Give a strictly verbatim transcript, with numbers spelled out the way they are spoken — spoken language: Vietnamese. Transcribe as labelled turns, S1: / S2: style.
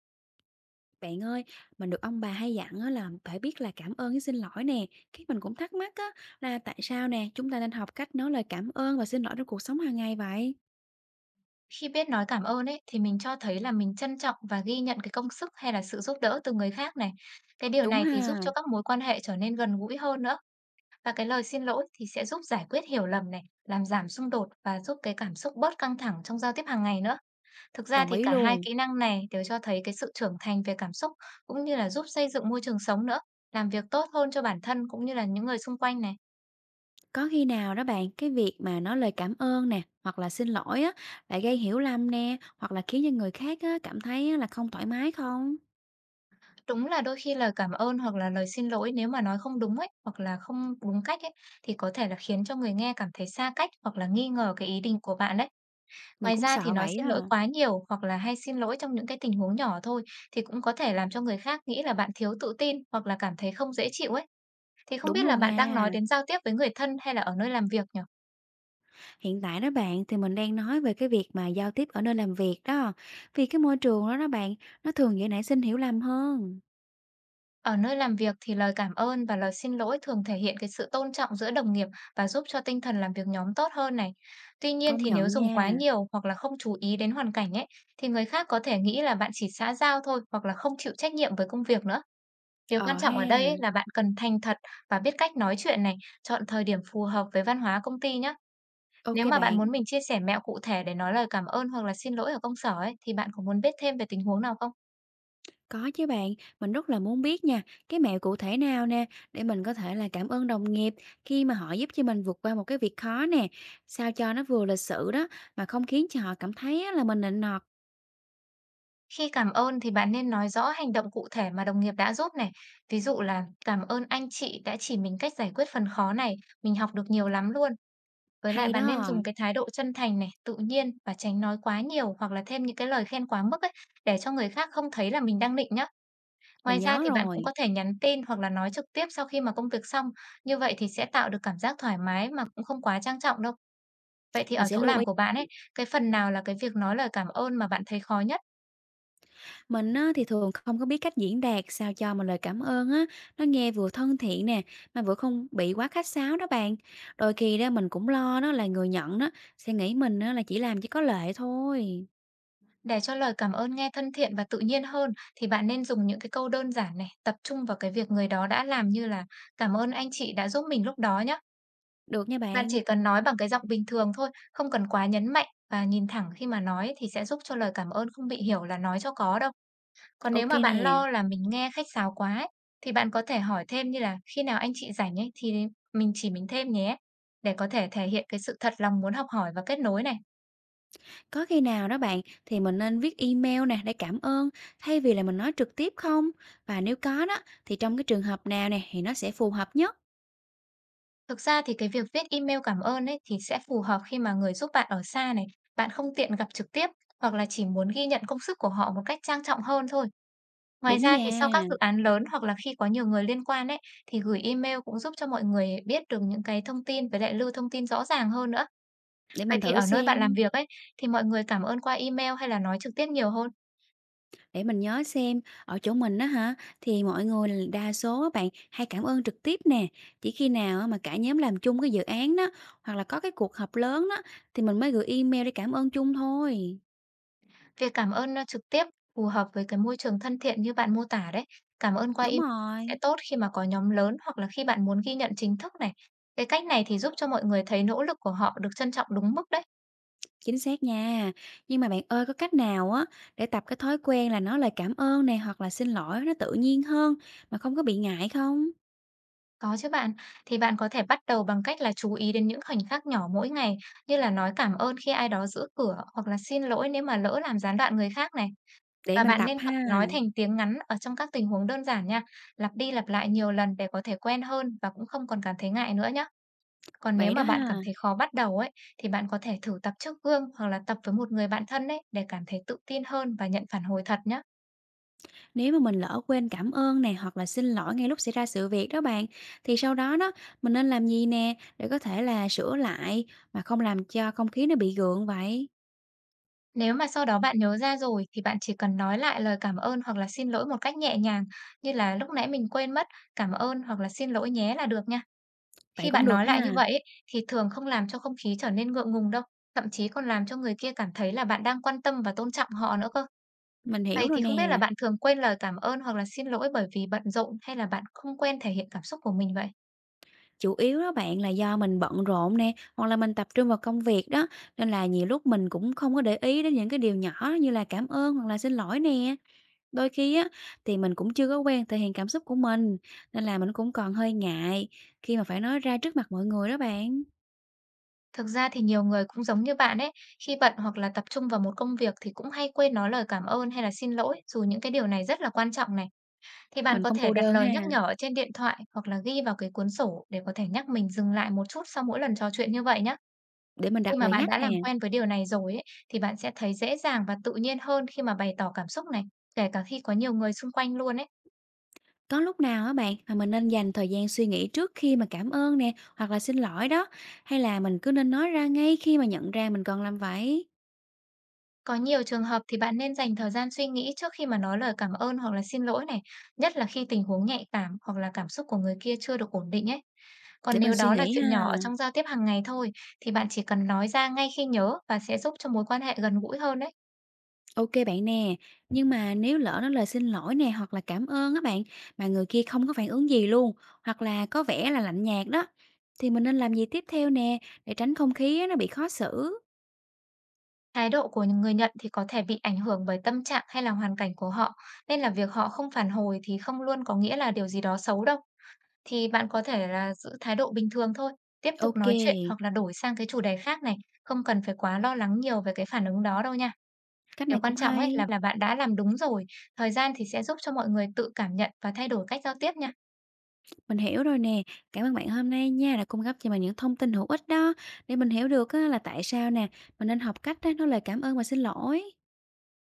S1: Bạn ơi, mình được ông bà hay dặn á là phải biết là cảm ơn với xin lỗi nè. Cái mình cũng thắc mắc á là tại sao nè, chúng ta nên học cách nói lời cảm ơn và xin lỗi trong cuộc sống hàng ngày vậy?
S2: Khi biết nói cảm ơn ấy, thì mình cho thấy là mình trân trọng và ghi nhận cái công sức hay là sự giúp đỡ từ người khác này. Cái điều
S1: Đúng
S2: này thì giúp
S1: ha,
S2: cho các mối quan hệ trở nên gần gũi hơn nữa và cái lời xin lỗi thì sẽ giúp giải quyết hiểu lầm này, làm giảm xung đột và giúp cái cảm xúc bớt căng thẳng trong giao tiếp hàng ngày nữa. Thực ra
S1: đồng
S2: thì
S1: ý
S2: cả hai
S1: luôn.
S2: kỹ năng này đều cho thấy cái sự trưởng thành về cảm xúc cũng như là giúp xây dựng môi trường sống nữa, làm việc tốt hơn cho bản thân cũng như là những người xung quanh này.
S1: Có khi nào đó bạn, cái việc mà nói lời cảm ơn nè, hoặc là xin lỗi á, lại gây hiểu lầm nè, hoặc là khiến cho người khác á, cảm thấy á, là không thoải mái không?
S2: Đúng là đôi khi lời cảm ơn hoặc là lời xin lỗi nếu mà nói không đúng ấy, hoặc là không đúng cách ấy, thì có thể là khiến cho người nghe cảm thấy xa cách hoặc là nghi ngờ cái ý định của bạn đấy.
S1: Mình
S2: Ngoài
S1: cũng
S2: ra thì
S1: sợ
S2: nói
S1: vậy
S2: xin
S1: á.
S2: lỗi quá nhiều hoặc là hay xin lỗi trong những cái tình huống nhỏ thôi thì cũng có thể làm cho người khác nghĩ là bạn thiếu tự tin hoặc là cảm thấy không dễ chịu ấy. Thì không
S1: Đúng
S2: biết là
S1: luôn
S2: bạn đang nói
S1: nha.
S2: đến giao tiếp với người thân hay là ở nơi làm việc nhỉ?
S1: Hiện tại đó bạn thì mình đang nói về cái việc mà giao tiếp ở nơi làm việc đó. Vì cái môi trường đó đó bạn, nó thường dễ nảy sinh hiểu lầm hơn.
S2: Ở nơi làm việc thì lời cảm ơn và lời xin lỗi thường thể hiện cái sự tôn trọng giữa đồng nghiệp và giúp cho tinh thần làm việc nhóm tốt hơn này. Tuy nhiên
S1: Công
S2: thì nếu
S1: nhận
S2: dùng quá
S1: nha.
S2: nhiều hoặc là không chú ý đến hoàn cảnh ấy, thì người khác có thể nghĩ là bạn chỉ xã giao thôi hoặc là không chịu trách nhiệm với công việc nữa. Điều quan
S1: Ờ
S2: trọng
S1: ha.
S2: ở đây ấy là bạn cần thành thật và biết cách nói chuyện này, chọn thời điểm phù hợp với văn hóa công ty nhé.
S1: Ok
S2: Nếu mà bạn muốn
S1: bạn.
S2: mình chia sẻ mẹo cụ thể để nói lời cảm ơn hoặc là xin lỗi ở công sở ấy, thì bạn có muốn biết thêm về tình huống nào không?
S1: Có chứ bạn, mình rất là muốn biết nha, cái mẹo cụ thể nào nè để mình có thể là cảm ơn đồng nghiệp khi mà họ giúp cho mình vượt qua một cái việc khó nè, sao cho nó vừa lịch sự đó mà không khiến cho họ cảm thấy á là mình nịnh nọt.
S2: Khi cảm ơn thì bạn nên nói rõ hành động cụ thể mà đồng nghiệp đã giúp này. Ví dụ là cảm ơn anh chị đã chỉ mình cách giải quyết phần khó này, mình học được nhiều lắm luôn. Với lại
S1: Hay
S2: bạn nên
S1: đó.
S2: dùng cái thái độ chân thành này, tự nhiên và tránh nói quá nhiều hoặc là thêm những cái lời khen quá mức ấy để cho người khác không thấy là mình đang nịnh nhá. Ngoài
S1: Mình
S2: ra
S1: nhớ
S2: thì bạn cũng
S1: rồi.
S2: có thể nhắn tin hoặc là nói trực tiếp sau khi mà công việc xong. Như vậy thì sẽ tạo được cảm giác thoải mái mà cũng không quá trang trọng đâu. Vậy thì
S1: Mình
S2: ở
S1: sẽ
S2: chỗ
S1: lưu
S2: làm
S1: ý.
S2: của bạn ấy, cái phần nào là cái việc nói lời cảm ơn mà bạn thấy khó nhất?
S1: Mình á, thì thường không có biết cách diễn đạt sao cho mà lời cảm ơn á, nó nghe vừa thân thiện nè, mà vừa không bị quá khách sáo đó bạn. Đôi khi đó mình cũng lo đó là người nhận đó, sẽ nghĩ mình á, là chỉ làm chỉ có lệ thôi.
S2: Để cho lời cảm ơn nghe thân thiện và tự nhiên hơn thì bạn nên dùng những cái câu đơn giản này, tập trung vào cái việc người đó đã làm như là "Cảm ơn anh chị đã giúp mình lúc đó nhé."
S1: Được nha
S2: Bạn
S1: bạn.
S2: chỉ cần nói bằng cái giọng bình thường thôi, không cần quá nhấn mạnh và nhìn thẳng khi mà nói thì sẽ giúp cho lời cảm ơn không bị hiểu là nói cho có đâu. Còn nếu
S1: Ok
S2: mà bạn
S1: nè.
S2: lo là mình nghe khách sáo quá ấy, thì bạn có thể hỏi thêm như là "Khi nào anh chị rảnh ấy thì mình chỉ mình thêm nhé." Để có thể thể hiện cái sự thật lòng muốn học hỏi và kết nối này.
S1: Có khi nào đó bạn thì mình nên viết email nè để cảm ơn thay vì là mình nói trực tiếp không? Và nếu có đó thì trong cái trường hợp nào nè thì nó sẽ phù hợp nhất?
S2: Thực ra thì cái việc viết email cảm ơn ấy thì sẽ phù hợp khi mà người giúp bạn ở xa này, bạn không tiện gặp trực tiếp hoặc là chỉ muốn ghi nhận công sức của họ một cách trang trọng hơn thôi. Ngoài
S1: Đúng
S2: ra thì sau
S1: nha.
S2: các dự án lớn hoặc là khi có nhiều người liên quan ấy thì gửi email cũng giúp cho mọi người biết được những cái thông tin với lại lưu thông tin rõ ràng hơn nữa.
S1: Để
S2: Vậy
S1: mình
S2: thì
S1: thử
S2: ở nơi bạn làm
S1: xem.
S2: việc ấy thì mọi người cảm ơn qua email hay là nói trực tiếp nhiều hơn?
S1: Để mình nhớ xem, ở chỗ mình đó hả, thì mọi người là đa số á bạn hay cảm ơn trực tiếp nè. Chỉ khi nào á mà cả nhóm làm chung cái dự án đó, hoặc là có cái cuộc họp lớn đó, thì mình mới gửi email để cảm ơn chung thôi.
S2: Việc cảm ơn, a, trực tiếp phù hợp với cái môi trường thân thiện như bạn mô tả đấy. Cảm ơn qua
S1: Đúng
S2: email sẽ
S1: rồi,
S2: tốt khi mà có nhóm lớn hoặc là khi bạn muốn ghi nhận chính thức này. Cái cách này thì giúp cho mọi người thấy nỗ lực của họ được trân trọng đúng mức đấy.
S1: chính xác nha. Nhưng mà bạn ơi, có cách nào á để tập cái thói quen là nói lời cảm ơn này hoặc là xin lỗi nó tự nhiên hơn mà không có bị ngại không?
S2: Có chứ bạn. Thì bạn có thể bắt đầu bằng cách là chú ý đến những khoảnh khắc nhỏ mỗi ngày, như là nói cảm ơn khi ai đó giữ cửa hoặc là xin lỗi nếu mà lỡ làm gián đoạn người khác này.
S1: Để
S2: Và
S1: mình
S2: bạn
S1: tập
S2: nên tập
S1: ha.
S2: nói thành tiếng ngắn ở trong các tình huống đơn giản nha, lặp đi lặp lại nhiều lần để có thể quen hơn và cũng không còn cảm thấy ngại nữa nhé. Còn nếu
S1: Vậy
S2: mà
S1: đó
S2: bạn cảm
S1: ha.
S2: thấy khó bắt đầu ấy, thì bạn có thể thử tập trước gương hoặc là tập với một người bạn thân ấy để cảm thấy tự tin hơn và nhận phản hồi thật nhé.
S1: Nếu mà mình lỡ quên cảm ơn này hoặc là xin lỗi ngay lúc xảy ra sự việc đó bạn, thì sau đó đó mình nên làm gì nè để có thể là sửa lại mà không làm cho không khí nó bị gượng vậy?
S2: Nếu mà sau đó bạn nhớ ra rồi thì bạn chỉ cần nói lại lời cảm ơn hoặc là xin lỗi một cách nhẹ nhàng, như là lúc nãy mình quên mất cảm ơn hoặc là xin lỗi nhé là được nha.
S1: Vậy
S2: Khi
S1: cũng
S2: bạn
S1: được
S2: nói lại như
S1: ha,
S2: vậy ấy, thì thường không làm cho không khí trở nên ngượng ngùng đâu, thậm chí còn làm cho người kia cảm thấy là bạn đang quan tâm và tôn trọng họ nữa cơ.
S1: mình hiểu
S2: Vậy
S1: rồi
S2: thì không
S1: nè.
S2: biết là bạn thường quên lời cảm ơn hoặc là xin lỗi bởi vì bận rộn hay là bạn không quen thể hiện cảm xúc của mình vậy?
S1: Chủ yếu đó bạn là do mình bận rộn nè, hoặc là mình tập trung vào công việc đó, nên là nhiều lúc mình cũng không có để ý đến những cái điều nhỏ như là cảm ơn hoặc là xin lỗi nè. Đôi khi á thì mình cũng chưa có quen thể hiện cảm xúc của mình, nên là mình cũng còn hơi ngại khi mà phải nói ra trước mặt mọi người đó bạn.
S2: Thực ra thì nhiều người cũng giống như bạn ấy, khi bận hoặc là tập trung vào một công việc thì cũng hay quên nói lời cảm ơn hay là xin lỗi, dù những cái điều này rất là quan trọng này. Thì bạn
S1: Mình
S2: có
S1: không
S2: thể
S1: cô
S2: đặt
S1: đơn
S2: lời nhắc
S1: ha,
S2: nhở ở trên điện thoại hoặc là ghi vào cái cuốn sổ để có thể nhắc mình dừng lại một chút sau mỗi lần trò chuyện như vậy nhé.
S1: để mình
S2: Khi
S1: đặt
S2: mà
S1: lời
S2: bạn
S1: nhắc
S2: đã
S1: nè.
S2: làm quen với điều này rồi ấy, thì bạn sẽ thấy dễ dàng và tự nhiên hơn khi mà bày tỏ cảm xúc này, kể cả khi có nhiều người xung quanh luôn ấy.
S1: Có lúc nào á bạn mà mình nên dành thời gian suy nghĩ trước khi mà cảm ơn nè, hoặc là xin lỗi đó, hay là mình cứ nên nói ra ngay khi mà nhận ra mình còn làm vậy?
S2: Có nhiều trường hợp thì bạn nên dành thời gian suy nghĩ trước khi mà nói lời cảm ơn hoặc là xin lỗi này, nhất là khi tình huống nhạy cảm hoặc là cảm xúc của người kia chưa được ổn định ấy. Còn
S1: Để mình
S2: nếu
S1: suy
S2: đó là
S1: nghĩ
S2: chuyện nhỏ ở
S1: ha.
S2: trong giao tiếp hàng ngày thôi, thì bạn chỉ cần nói ra ngay khi nhớ và sẽ giúp cho mối quan hệ gần gũi hơn đấy.
S1: Ok bạn nè, nhưng mà nếu lỡ nói lời xin lỗi nè hoặc là cảm ơn á bạn mà người kia không có phản ứng gì luôn, hoặc là có vẻ là lạnh nhạt đó, thì mình nên làm gì tiếp theo nè để tránh không khí á, nó bị khó xử?
S2: Thái độ của người nhận thì có thể bị ảnh hưởng bởi tâm trạng hay là hoàn cảnh của họ, nên là việc họ không phản hồi thì không luôn có nghĩa là điều gì đó xấu đâu. Thì bạn có thể là giữ thái độ bình thường thôi, tiếp tục
S1: Ok,
S2: nói chuyện hoặc là đổi sang cái chủ đề khác này, không cần phải quá lo lắng nhiều về cái phản ứng đó đâu nha.
S1: cách
S2: Điều
S1: này
S2: quan
S1: cũng
S2: trọng ấy
S1: hay.
S2: là là bạn đã làm đúng rồi, thời gian thì sẽ giúp cho mọi người tự cảm nhận và thay đổi cách giao tiếp nha.
S1: Mình hiểu rồi nè. Cảm ơn bạn hôm nay nha đã cung cấp cho mình những thông tin hữu ích đó để mình hiểu được á, là tại sao nè mình nên học cách á, nói lời cảm ơn và xin lỗi.